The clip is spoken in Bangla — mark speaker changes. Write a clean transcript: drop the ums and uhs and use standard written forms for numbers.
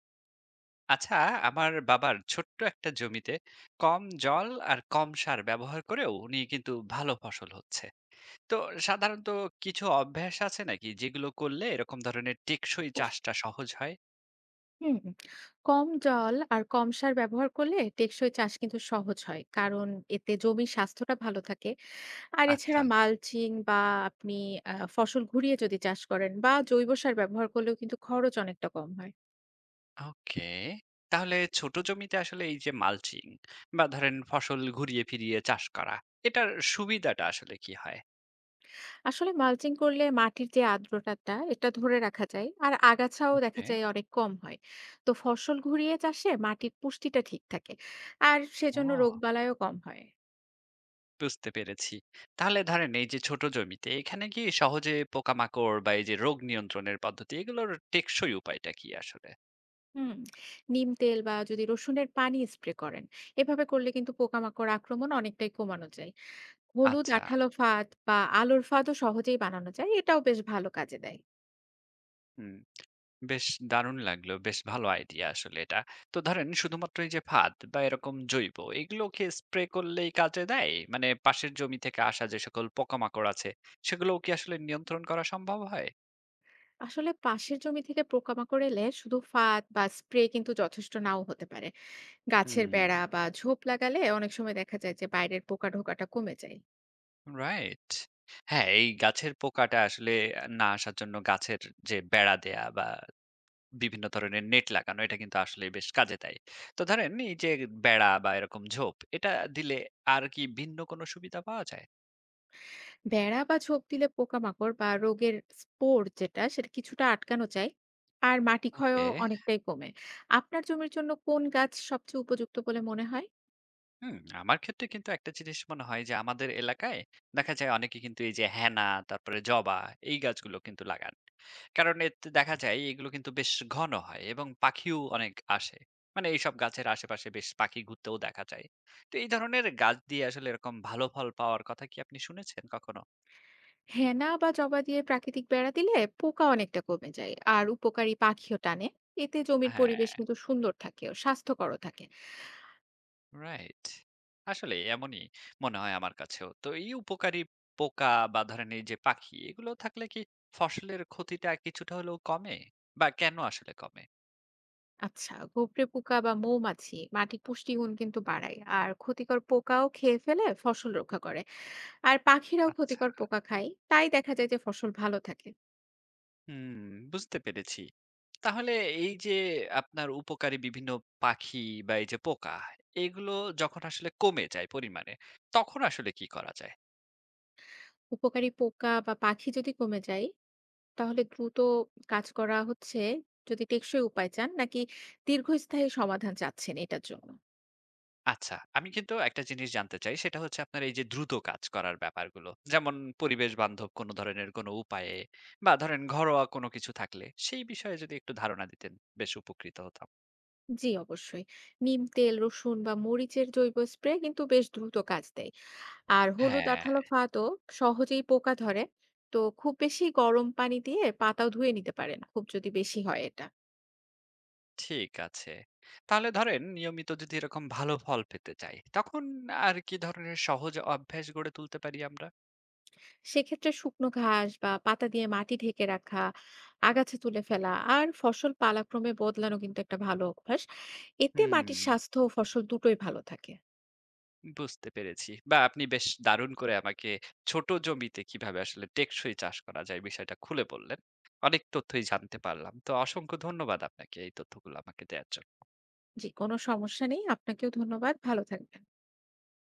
Speaker 1: আচ্ছা, আমার বাবার ছোট্ট একটা জমিতে কম জল আর কম সার ব্যবহার করেও উনি কিন্তু ভালো ফসল হচ্ছে। তো সাধারণত কিছু অভ্যাস আছে নাকি যেগুলো করলে এরকম ধরনের টেকসই চাষটা সহজ হয়?
Speaker 2: হুম, কম জল আর কম সার ব্যবহার করলে টেকসই চাষ কিন্তু সহজ হয় কারণ এতে জমির স্বাস্থ্যটা ভালো থাকে আর
Speaker 1: আচ্ছা,
Speaker 2: এছাড়া মালচিং বা আপনি ফসল ঘুরিয়ে যদি চাষ করেন বা জৈব সার ব্যবহার করলেও কিন্তু খরচ অনেকটা কম হয়।
Speaker 1: ওকে। তাহলে ছোট জমিতে আসলে এই যে মালচিং বা ধরেন ফসল ঘুরিয়ে ফিরিয়ে চাষ করা, এটার সুবিধাটা আসলে কি হয়?
Speaker 2: আসলে মালচিং করলে মাটির যে আর্দ্রতাটা এটা ধরে রাখা যায় আর আগাছাও দেখা
Speaker 1: ওকে,
Speaker 2: যায় অনেক কম হয়। তো ফসল ঘুরিয়ে চাষে মাটির পুষ্টিটা ঠিক থাকে আর সেজন্য
Speaker 1: ও।
Speaker 2: রোগবালাইও কম হয়।
Speaker 1: বুঝতে পেরেছি। তাহলে ধরেন এই যে ছোট জমিতে এখানে কি সহজে পোকামাকড় বা এই যে রোগ নিয়ন্ত্রণের পদ্ধতি এগুলোর টেকসই উপায়টা কি আসলে?
Speaker 2: হুম নিম তেল বা যদি রসুনের পানি স্প্রে করেন এভাবে করলে কিন্তু পোকামাকড় আক্রমণ অনেকটাই কমানো যায়। হলুদ
Speaker 1: আচ্ছা,
Speaker 2: আঠালো ফাঁদ বা আলোর ফাঁদও সহজেই বানানো যায়, এটাও বেশ ভালো কাজে দেয়।
Speaker 1: হুম। বেশ দারুণ লাগলো। বেশ ভালো আইডিয়া আসলে এটা। তো ধরেন শুধুমাত্র এই যে ফাঁদ বা এরকম জৈব এগুলোকে স্প্রে করলেই কাজে দেয়? মানে পাশের জমি থেকে আসা যে সকল পোকামাকড় আছে সেগুলোও কি আসলে নিয়ন্ত্রণ করা সম্ভব হয়?
Speaker 2: আসলে পাশের জমি থেকে পোকামাকড় এলে শুধু ফাঁদ বা স্প্রে কিন্তু যথেষ্ট নাও হতে পারে। গাছের
Speaker 1: হুম,
Speaker 2: বেড়া বা ঝোপ লাগালে অনেক সময় দেখা যায় যে বাইরের পোকা ঢোকাটা কমে যায়।
Speaker 1: রাইট। হ্যাঁ, এই গাছের পোকাটা আসলে না আসার জন্য গাছের যে বেড়া দেয়া বা বিভিন্ন ধরনের নেট লাগানো এটা কিন্তু আসলে বেশ কাজে দেয়। তো ধরেন এই যে বেড়া বা এরকম ঝোপ এটা দিলে আর কি ভিন্ন কোনো সুবিধা পাওয়া যায়?
Speaker 2: বেড়া বা ঝোপ দিলে পোকামাকড় বা রোগের স্পোর যেটা সেটা কিছুটা আটকানো যায় আর মাটি
Speaker 1: ওকে।
Speaker 2: ক্ষয়ও অনেকটাই কমে। আপনার জমির জন্য কোন গাছ সবচেয়ে উপযুক্ত বলে মনে হয়?
Speaker 1: হুম। আমার ক্ষেত্রে কিন্তু একটা জিনিস মনে হয় যে আমাদের এলাকায় দেখা যায় অনেকে কিন্তু এই যে হেনা, তারপরে জবা, এই গাছগুলো কিন্তু লাগান, কারণ এতে দেখা যায় এগুলো কিন্তু বেশ ঘন হয় এবং পাখিও অনেক আসে। মানে এইসব গাছের আশেপাশে বেশ পাখি ঘুরতেও দেখা যায়। তো এই ধরনের গাছ দিয়ে আসলে এরকম ভালো ফল পাওয়ার কথা কি আপনি শুনেছেন কখনো?
Speaker 2: হেনা বা জবা দিয়ে প্রাকৃতিক বেড়া দিলে পোকা অনেকটা কমে যায় আর উপকারী পাখিও টানে। এতে জমির পরিবেশ
Speaker 1: হ্যাঁ,
Speaker 2: কিন্তু সুন্দর থাকে ও স্বাস্থ্যকরও থাকে।
Speaker 1: রাইট। আসলে এমনই মনে হয় আমার কাছেও। তো এই উপকারী পোকা বা ধরেন এই যে পাখি এগুলো থাকলে কি ফসলের ক্ষতিটা কিছুটা হলেও কমে? বা কেন আসলে কমে?
Speaker 2: আচ্ছা, গোবরে পোকা বা মৌমাছি মাটির পুষ্টিগুণ কিন্তু বাড়ায় আর ক্ষতিকর পোকাও খেয়ে ফেলে ফসল রক্ষা করে। আর পাখিরাও
Speaker 1: আচ্ছা।
Speaker 2: ক্ষতিকর পোকা খায়, তাই দেখা যায় যে ফসল ভালো থাকে।
Speaker 1: হুম, বুঝতে পেরেছি। তাহলে এই যে আপনার উপকারী বিভিন্ন পাখি বা এই যে পোকা এগুলো যখন আসলে কমে যায় পরিমাণে তখন আসলে কি করা যায়?
Speaker 2: উপকারী পোকা বা পাখি যদি কমে যায়, তাহলে দ্রুত কাজ করা হচ্ছে যদি টেকসই উপায় চান নাকি দীর্ঘস্থায়ী সমাধান চাচ্ছেন এটার জন্য?
Speaker 1: আচ্ছা, আমি কিন্তু একটা জিনিস জানতে চাই সেটা হচ্ছে আপনার এই যে দ্রুত কাজ করার ব্যাপারগুলো। যেমন পরিবেশ বান্ধব কোন ধরনের কোন উপায়ে বা ধরেন ঘরোয়া কোন কিছু থাকলে সেই বিষয়ে যদি একটু ধারণা দিতেন, বেশ উপকৃত হতাম।
Speaker 2: জি, অবশ্যই। নিম তেল, রসুন বা মরিচের জৈব স্প্রে কিন্তু বেশ দ্রুত কাজ দেয়। আর হলুদ
Speaker 1: হ্যাঁ,
Speaker 2: আঠালো ফাতও সহজেই পোকা ধরে। তো খুব বেশি গরম পানি দিয়ে পাতাও ধুয়ে নিতে পারেন, খুব যদি বেশি হয় এটা।
Speaker 1: ঠিক আছে। তাহলে ধরেন নিয়মিত যদি এরকম ভালো ফল পেতে চাই তখন আর কি ধরনের সহজ অভ্যাস গড়ে তুলতে পারি আমরা?
Speaker 2: সেক্ষেত্রে শুকনো ঘাস বা পাতা দিয়ে মাটি ঢেকে রাখা, আগাছা তুলে ফেলা আর ফসল পালাক্রমে বদলানো কিন্তু একটা ভালো অভ্যাস। এতে
Speaker 1: হুম।
Speaker 2: মাটির স্বাস্থ্য ও ফসল দুটোই ভালো থাকে।
Speaker 1: বুঝতে পেরেছি। বা আপনি বেশ দারুণ করে আমাকে ছোট জমিতে কিভাবে আসলে টেকসই চাষ করা যায় বিষয়টা খুলে বললেন। অনেক তথ্যই জানতে পারলাম। তো অসংখ্য ধন্যবাদ আপনাকে এই তথ্যগুলো আমাকে দেয়ার জন্য।
Speaker 2: জি, কোনো সমস্যা নেই। আপনাকেও ধন্যবাদ। ভালো থাকবেন।